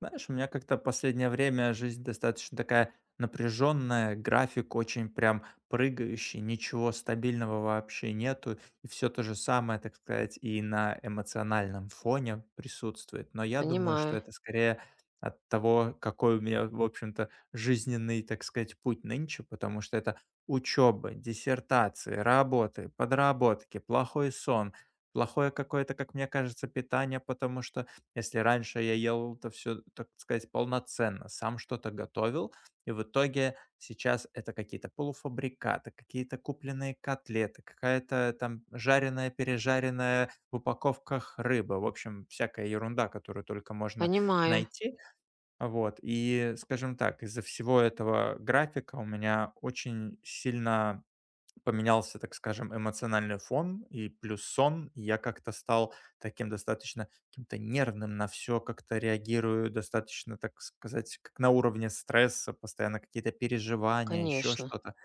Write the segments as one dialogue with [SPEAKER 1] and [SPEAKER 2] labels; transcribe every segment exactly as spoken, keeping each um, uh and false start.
[SPEAKER 1] Знаешь, у меня как-то последнее время жизнь достаточно такая напряженная, график очень прям прыгающий, ничего стабильного вообще нету, и все то же самое, так сказать, и на эмоциональном фоне присутствует. Но я думаю, что
[SPEAKER 2] Понимаю,
[SPEAKER 1] это скорее от того, какой у меня, в общем-то, жизненный, так сказать, путь нынче, потому что это учеба, диссертации, работы, подработки, плохой сон, плохое какое-то, как мне кажется, питание, потому что если раньше я ел это все, так сказать, полноценно, сам что-то готовил, и в итоге сейчас это какие-то полуфабрикаты, какие-то купленные котлеты, какая-то там жареная, пережаренная в упаковках рыба. В общем, всякая ерунда, которую только можно
[SPEAKER 2] понимаю,
[SPEAKER 1] найти. Вот, и, скажем так, из-за всего этого графика у меня очень сильно Поменялся, так скажем, эмоциональный фон и плюс сон. И я как-то стал таким достаточно каким-то нервным на все, как-то реагирую достаточно, так сказать, как на уровне стресса, постоянно какие-то переживания, еще
[SPEAKER 2] конечно.
[SPEAKER 1] что-то.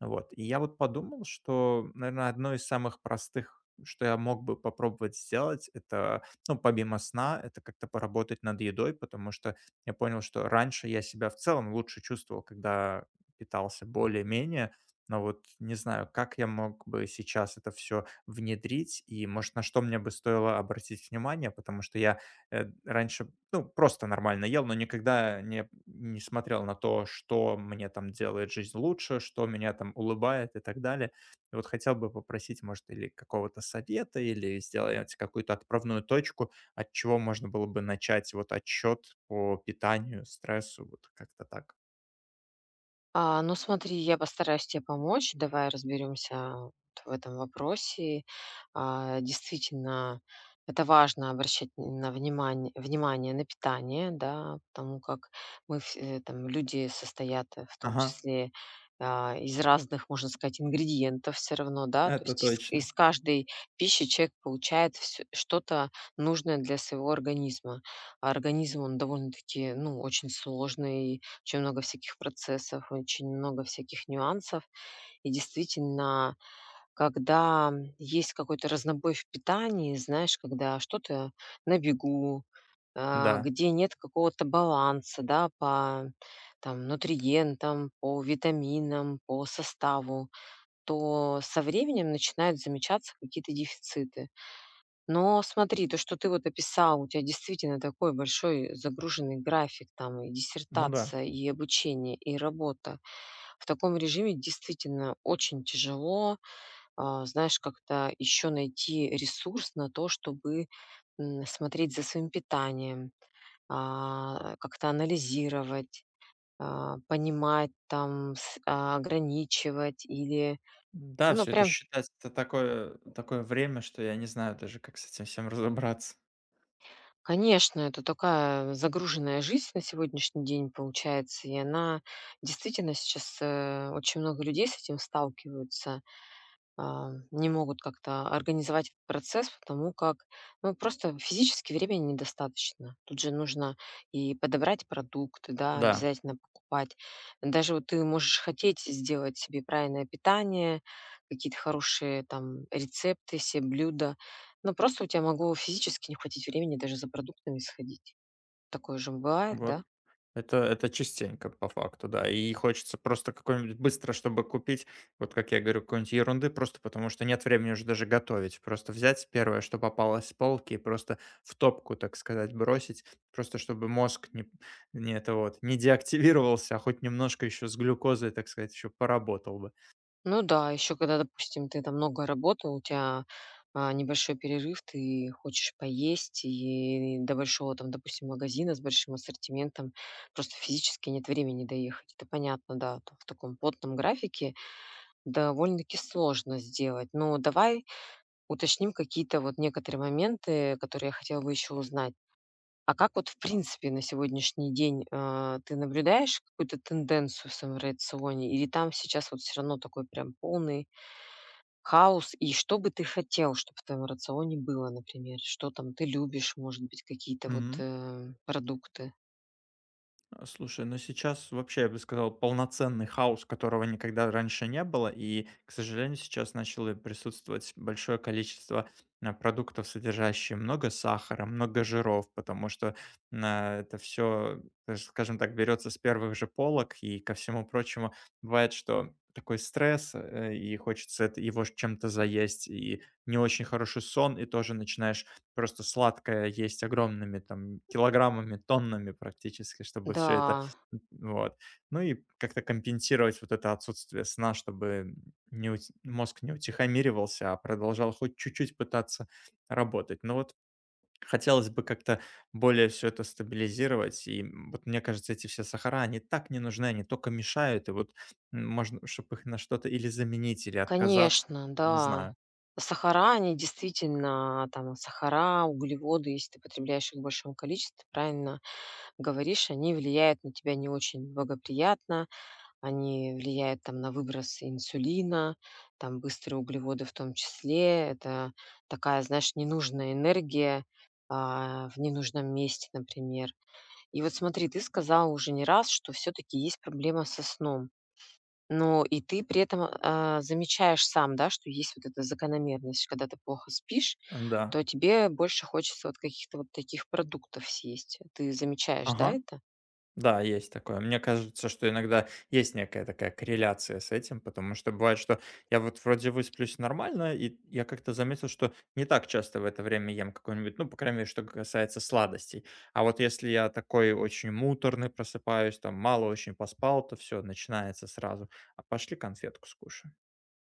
[SPEAKER 1] Вот. И я вот подумал, что, наверное, одно из самых простых, что я мог бы попробовать сделать, это, ну, помимо сна, это как-то поработать над едой, потому что я понял, что раньше я себя в целом лучше чувствовал, когда питался более-менее, но вот не знаю, как я мог бы сейчас это все внедрить, и, может, на что мне бы стоило обратить внимание, потому что я э, раньше ну, просто нормально ел, но никогда не не смотрел на то, что мне там делает жизнь лучше, что меня там улыбает и так далее. И вот хотел бы попросить, может, или какого-то совета, или сделать какую-то отправную точку, от чего можно было бы начать вот отчет по питанию, стрессу, вот как-то так.
[SPEAKER 2] А, ну смотри, я постараюсь тебе помочь. Давай разберемся вот в этом вопросе. А, действительно, это важно обращать на внимание, внимание на питание, да, потому как мы вс- э, там люди состоят э, в том
[SPEAKER 1] Ага,
[SPEAKER 2] числе а, из разных, можно сказать, ингредиентов все равно, да, то
[SPEAKER 1] это
[SPEAKER 2] есть из,
[SPEAKER 1] точно.
[SPEAKER 2] из каждой пищи человек получает всё- что-то нужное для своего организма. А организм, он довольно-таки, ну, очень сложный, очень много всяких процессов, очень много всяких нюансов. И действительно, когда есть какой-то разнобой в питании, знаешь, когда что-то на бегу, а,
[SPEAKER 1] Да,
[SPEAKER 2] где нет какого-то баланса, да, по там, нутриентам, по витаминам, по составу, то со временем начинают замечаться какие-то дефициты. Но смотри, то, что ты вот описал, у тебя действительно такой большой загруженный график, там и
[SPEAKER 1] ну да.
[SPEAKER 2] диссертация, и обучение, и работа. В таком режиме действительно очень тяжело, а, знаешь, как-то еще найти ресурс на то, чтобы м, смотреть за своим питанием, а, как-то анализировать, а, понимать, там, с- а, ограничивать или,
[SPEAKER 1] Да,
[SPEAKER 2] ну,
[SPEAKER 1] все, это
[SPEAKER 2] прям
[SPEAKER 1] считается, это такое такое время, что я не знаю даже, как с этим всем разобраться.
[SPEAKER 2] конечно, это такая загруженная жизнь на сегодняшний день получается, и она действительно сейчас, э, очень много людей с этим сталкиваются, а, не могут как-то организовать этот процесс, потому как, ну, просто физически времени недостаточно. Тут же нужно и подобрать продукты, да,
[SPEAKER 1] Да,
[SPEAKER 2] обязательно покупать. Даже вот ты можешь хотеть сделать себе правильное питание, какие-то хорошие там рецепты, все блюда, но просто у тебя могло физически не хватить времени даже за продуктами сходить. Такое же бывает,
[SPEAKER 1] вот.
[SPEAKER 2] да?
[SPEAKER 1] Это это частенько по факту, да. И хочется просто какой-нибудь быстро, чтобы купить, вот как я говорю, какой-нибудь ерунды, просто потому что нет времени уже даже готовить. Просто взять первое, что попалось с полки, и просто в топку, так сказать, бросить, просто чтобы мозг не, не это вот не деактивировался, а хоть немножко еще с глюкозой, так сказать, еще поработал бы.
[SPEAKER 2] Ну да, еще когда, допустим, ты там много работал, у тебя а, небольшой перерыв, ты хочешь поесть, и до большого там, допустим, магазина с большим ассортиментом просто физически нет времени доехать. Это понятно, да, то в таком плотном графике довольно-таки сложно сделать. Но давай уточним какие-то вот некоторые моменты, которые я хотела бы еще узнать. А как вот в принципе на сегодняшний день, а, ты наблюдаешь какую-то тенденцию в самом рационе, или там сейчас вот все равно такой прям полный хаос? И что бы ты хотел, чтобы в твоем рационе было, например? Что там ты любишь, может быть, какие-то вот, э, продукты?
[SPEAKER 1] А, слушай, ну сейчас вообще, я бы сказал, полноценный хаос, которого никогда раньше не было, и, к сожалению, сейчас начало присутствовать большое количество а, продуктов, содержащих много сахара, много жиров, потому что а, это все, скажем так, берется с первых же полок, и ко всему прочему бывает, что такой стресс, э, и хочется это, его ж чем-то заесть, и не очень хороший сон, и тоже начинаешь просто сладкое есть огромными там килограммами, тоннами практически, чтобы все это
[SPEAKER 2] Да,
[SPEAKER 1] м, вот. Ну и как-то компенсировать вот это отсутствие сна, чтобы не ути мозг не утихомиривался, а продолжал хоть чуть-чуть пытаться работать. Но вот хотелось бы как-то более все это стабилизировать. И, м, вот мне кажется, эти все сахара, они так не нужны, они только мешают. И вот, м, можно, чтобы их на что-то или заменить, или отказаться.
[SPEAKER 2] конечно,
[SPEAKER 1] Не
[SPEAKER 2] да.
[SPEAKER 1] знаю.
[SPEAKER 2] Сахара, они действительно, там, сахара, углеводы, если ты потребляешь их в большом количестве, ты правильно говоришь, они влияют на тебя не очень благоприятно. Они влияют там на выброс инсулина, там быстрые углеводы в том числе. Это такая, знаешь, ненужная энергия, а, в ненужном месте, например. И вот смотри, ты сказала уже не раз, что все таки есть проблема со сном. Но и ты при этом, а, замечаешь сам, да, что есть вот эта закономерность. Когда ты плохо спишь,
[SPEAKER 1] Да.
[SPEAKER 2] то тебе больше хочется вот каких-то вот таких продуктов съесть. Ты замечаешь, да,
[SPEAKER 1] Ага.
[SPEAKER 2] это?
[SPEAKER 1] Да, есть такое. Мне кажется, что иногда есть некая такая корреляция с этим, потому что бывает, что я вот вроде высплюсь нормально, и я как-то заметил, что не так часто в это время ем какой-нибудь, ну, по крайней мере, что касается сладостей. А вот если я такой очень муторный просыпаюсь, там мало очень поспал, то все, начинается сразу. А пошли конфетку скушаем.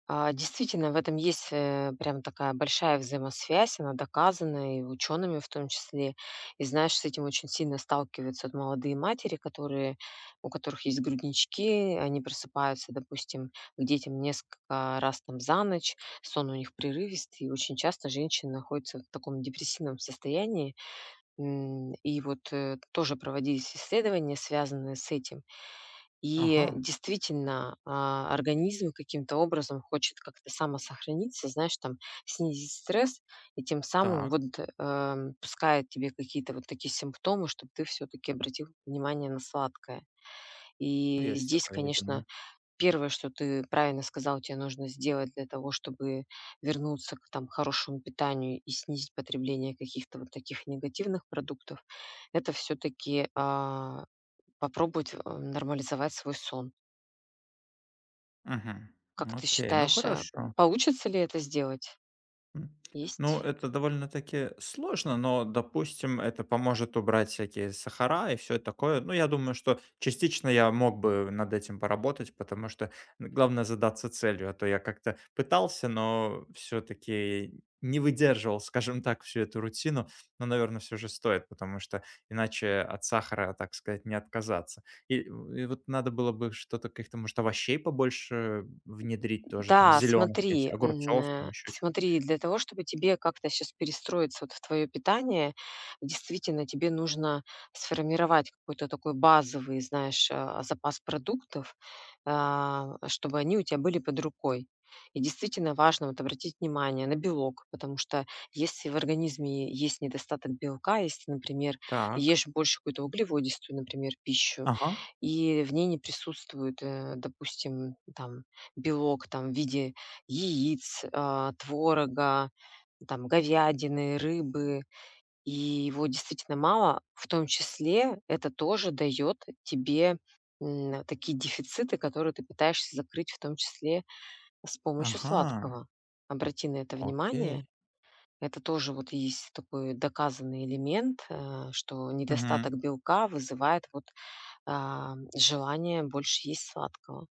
[SPEAKER 2] А, действительно, в этом есть, э, прям такая большая взаимосвязь, она доказана и учеными в том числе. И знаешь, с этим очень сильно сталкиваются вот молодые матери, которые у которых есть груднички, они просыпаются, допустим, к детям несколько раз там за ночь, сон у них прерывистый, и очень часто женщины находятся в таком депрессивном состоянии. М, и вот, э, тоже проводились исследования, связанные с этим. И
[SPEAKER 1] Ага,
[SPEAKER 2] действительно, а, организм каким-то образом хочет как-то самосохраниться, знаешь, там снизить стресс и тем самым
[SPEAKER 1] так.
[SPEAKER 2] вот эм, пускает тебе какие-то вот такие симптомы, чтобы ты все-таки обратил внимание на сладкое. И
[SPEAKER 1] Есть
[SPEAKER 2] здесь,
[SPEAKER 1] такое,
[SPEAKER 2] конечно,
[SPEAKER 1] видимо.
[SPEAKER 2] первое, что ты правильно сказал, тебе нужно сделать для того, чтобы вернуться к там хорошему питанию и снизить потребление каких-то вот таких негативных продуктов, это все-таки попробовать э, нормализовать свой сон.
[SPEAKER 1] Мгм.
[SPEAKER 2] Как ты
[SPEAKER 1] Окей, ну
[SPEAKER 2] считаешь, э,
[SPEAKER 1] хорошо.
[SPEAKER 2] получится ли это сделать?
[SPEAKER 1] М. Ну,
[SPEAKER 2] Есть
[SPEAKER 1] это довольно-таки сложно, но, допустим, это поможет убрать всякие сахара и все такое. Ну, я думаю, что частично я мог бы над этим поработать, потому что главное задаться целью, а то я как-то пытался, но все таки не выдерживал, скажем так, всю эту рутину. Но, наверное, все же стоит, потому что иначе от сахара, так сказать, не отказаться. И и вот надо было бы что-то, каких-то, может, овощей побольше внедрить тоже, там
[SPEAKER 2] Да,
[SPEAKER 1] зеленых,
[SPEAKER 2] смотри, м,
[SPEAKER 1] огурцов,
[SPEAKER 2] э,
[SPEAKER 1] там еще чего.
[SPEAKER 2] смотри, для того, чтобы тебе как-то сейчас перестроиться вот в твое питание, действительно, тебе нужно сформировать какой-то такой базовый, знаешь, а, запас продуктов, а, чтобы они у тебя были под рукой. И действительно важно вот обратить внимание на белок, потому что если в организме есть недостаток белка, если, например,
[SPEAKER 1] Так.
[SPEAKER 2] ешь больше какую-то углеводистую, например, пищу,
[SPEAKER 1] Ага.
[SPEAKER 2] и в ней не присутствует, э, допустим, там белок там в виде яиц, а, творога, там говядины, рыбы, и его действительно мало. В том числе это тоже дает тебе, м, такие дефициты, которые ты пытаешься закрыть, в том числе с помощью
[SPEAKER 1] Ага.
[SPEAKER 2] сладкого. Обрати на это внимание.
[SPEAKER 1] Окей.
[SPEAKER 2] Это тоже вот есть такой доказанный элемент, э, что
[SPEAKER 1] Мгм.
[SPEAKER 2] недостаток белка вызывает вот, а, желание больше есть сладкого.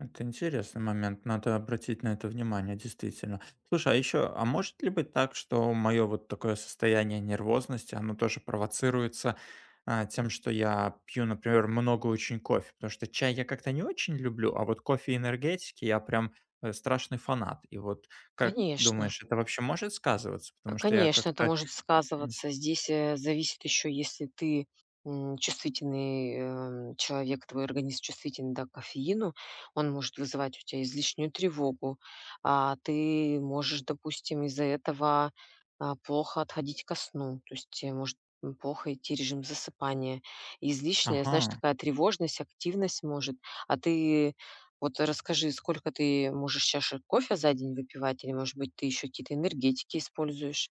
[SPEAKER 1] Это интересный момент. Надо обратить на это внимание, действительно. Слушай, а еще, а может ли быть так, что мое вот такое состояние нервозности, оно тоже провоцируется а, тем, что я пью, например, много очень кофе? Потому что чай я как-то не очень люблю, а вот кофе и энергетики я прям э, страшный фанат. И вот как
[SPEAKER 2] Конечно.
[SPEAKER 1] думаешь, это вообще может сказываться?
[SPEAKER 2] Э,
[SPEAKER 1] Потому что я
[SPEAKER 2] конечно, это
[SPEAKER 1] как-то...
[SPEAKER 2] может
[SPEAKER 1] не с-
[SPEAKER 2] сказываться. Здесь, э, зависит еще, если ты, м, чувствительный, эм, человек, твой организм чувствителен, да, к кофеину, он может вызывать у тебя излишнюю тревогу. А ты можешь, допустим, из-за этого, а, плохо отходить ко сну. То есть те может, м, плохо идти режим засыпания. Излишняя, знаешь,
[SPEAKER 1] Ага.
[SPEAKER 2] такая тревожность, активность может. А ты вот расскажи, сколько ты можешь чашек кофе за день выпивать или, может быть, ты еще какие-то энергетики используешь?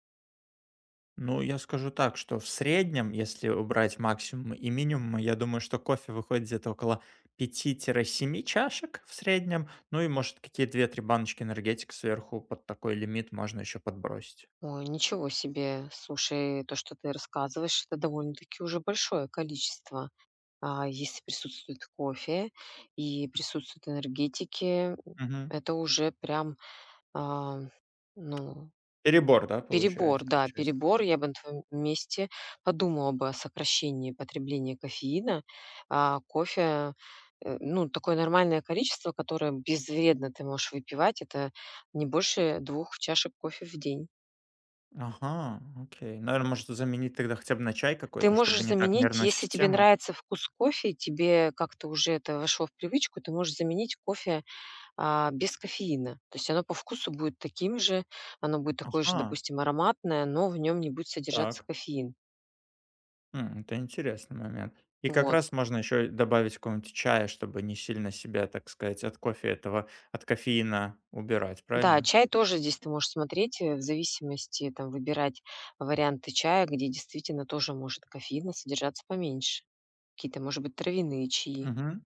[SPEAKER 1] Ну, я скажу так, что в среднем, если убрать максимум и минимум, я думаю, что кофе выходит где-то около пяти-семи чашек в среднем. Ну и, может, какие две-три баночки энергетик сверху под такой лимит можно еще подбросить.
[SPEAKER 2] Ой, ничего себе. Слушай, то, что ты рассказываешь, это довольно-таки уже большое количество. А если присутствует кофе и присутствуют энергетики,
[SPEAKER 1] Мгм.
[SPEAKER 2] это уже прям, а, ну,
[SPEAKER 1] Перебор, да,
[SPEAKER 2] перебор,
[SPEAKER 1] получается,
[SPEAKER 2] да,
[SPEAKER 1] отчасти?
[SPEAKER 2] перебор. Я бы на твоем месте подумала бы о сокращении потребления кофеина. А кофе, э, ну, такое нормальное количество, которое безвредно ты можешь выпивать, это не больше двух чашек кофе в день.
[SPEAKER 1] Ага, окей. Наверное, может заменить тогда хотя бы на чай
[SPEAKER 2] Ты
[SPEAKER 1] какой-то, чтобы
[SPEAKER 2] можешь
[SPEAKER 1] не так
[SPEAKER 2] заменить,
[SPEAKER 1] нервную
[SPEAKER 2] если тебе
[SPEAKER 1] систему.
[SPEAKER 2] нравится вкус кофе, и тебе как-то уже это вошло в привычку, ты можешь заменить кофе, а, без кофеина. То есть оно по вкусу будет таким же, оно будет такое же,
[SPEAKER 1] Ага,
[SPEAKER 2] допустим, ароматное, но в нем не будет содержаться
[SPEAKER 1] так.
[SPEAKER 2] кофеин.
[SPEAKER 1] М, это интересный момент. И как
[SPEAKER 2] Вот.
[SPEAKER 1] раз можно еще добавить какого-нибудь чая, чтобы не сильно себя, так сказать, от кофе этого, от кофеина убирать,
[SPEAKER 2] Да,
[SPEAKER 1] правильно?
[SPEAKER 2] чай тоже здесь ты можешь смотреть, э, в зависимости, там, выбирать варианты чая, где действительно тоже может кофеина содержаться поменьше. Какие-то, может быть, травяные чаи.
[SPEAKER 1] Мгм.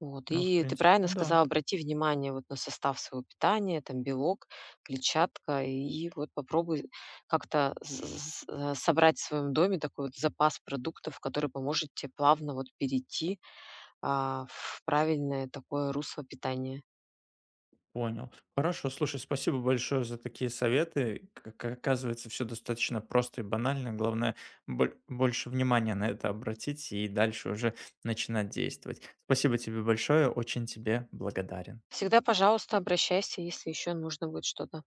[SPEAKER 2] Вот,
[SPEAKER 1] Ну, в
[SPEAKER 2] и ты
[SPEAKER 1] принципе,
[SPEAKER 2] правильно
[SPEAKER 1] да.
[SPEAKER 2] сказала, обрати внимание вот на состав своего питания, там белок, клетчатка, и вот попробуй как-то з- з- э, собрать в своем доме такой вот запас продуктов, который поможет тебе плавно вот перейти, а, в правильное такое русло питания.
[SPEAKER 1] Понял. Хорошо, слушай, спасибо большое за такие советы. Как оказывается, все достаточно просто и банально. Главное, боль- больше внимания на это обратить и дальше уже начинать действовать. Спасибо тебе большое, очень тебе благодарен.
[SPEAKER 2] Всегда, пожалуйста, обращайся, если еще нужно будет что-то.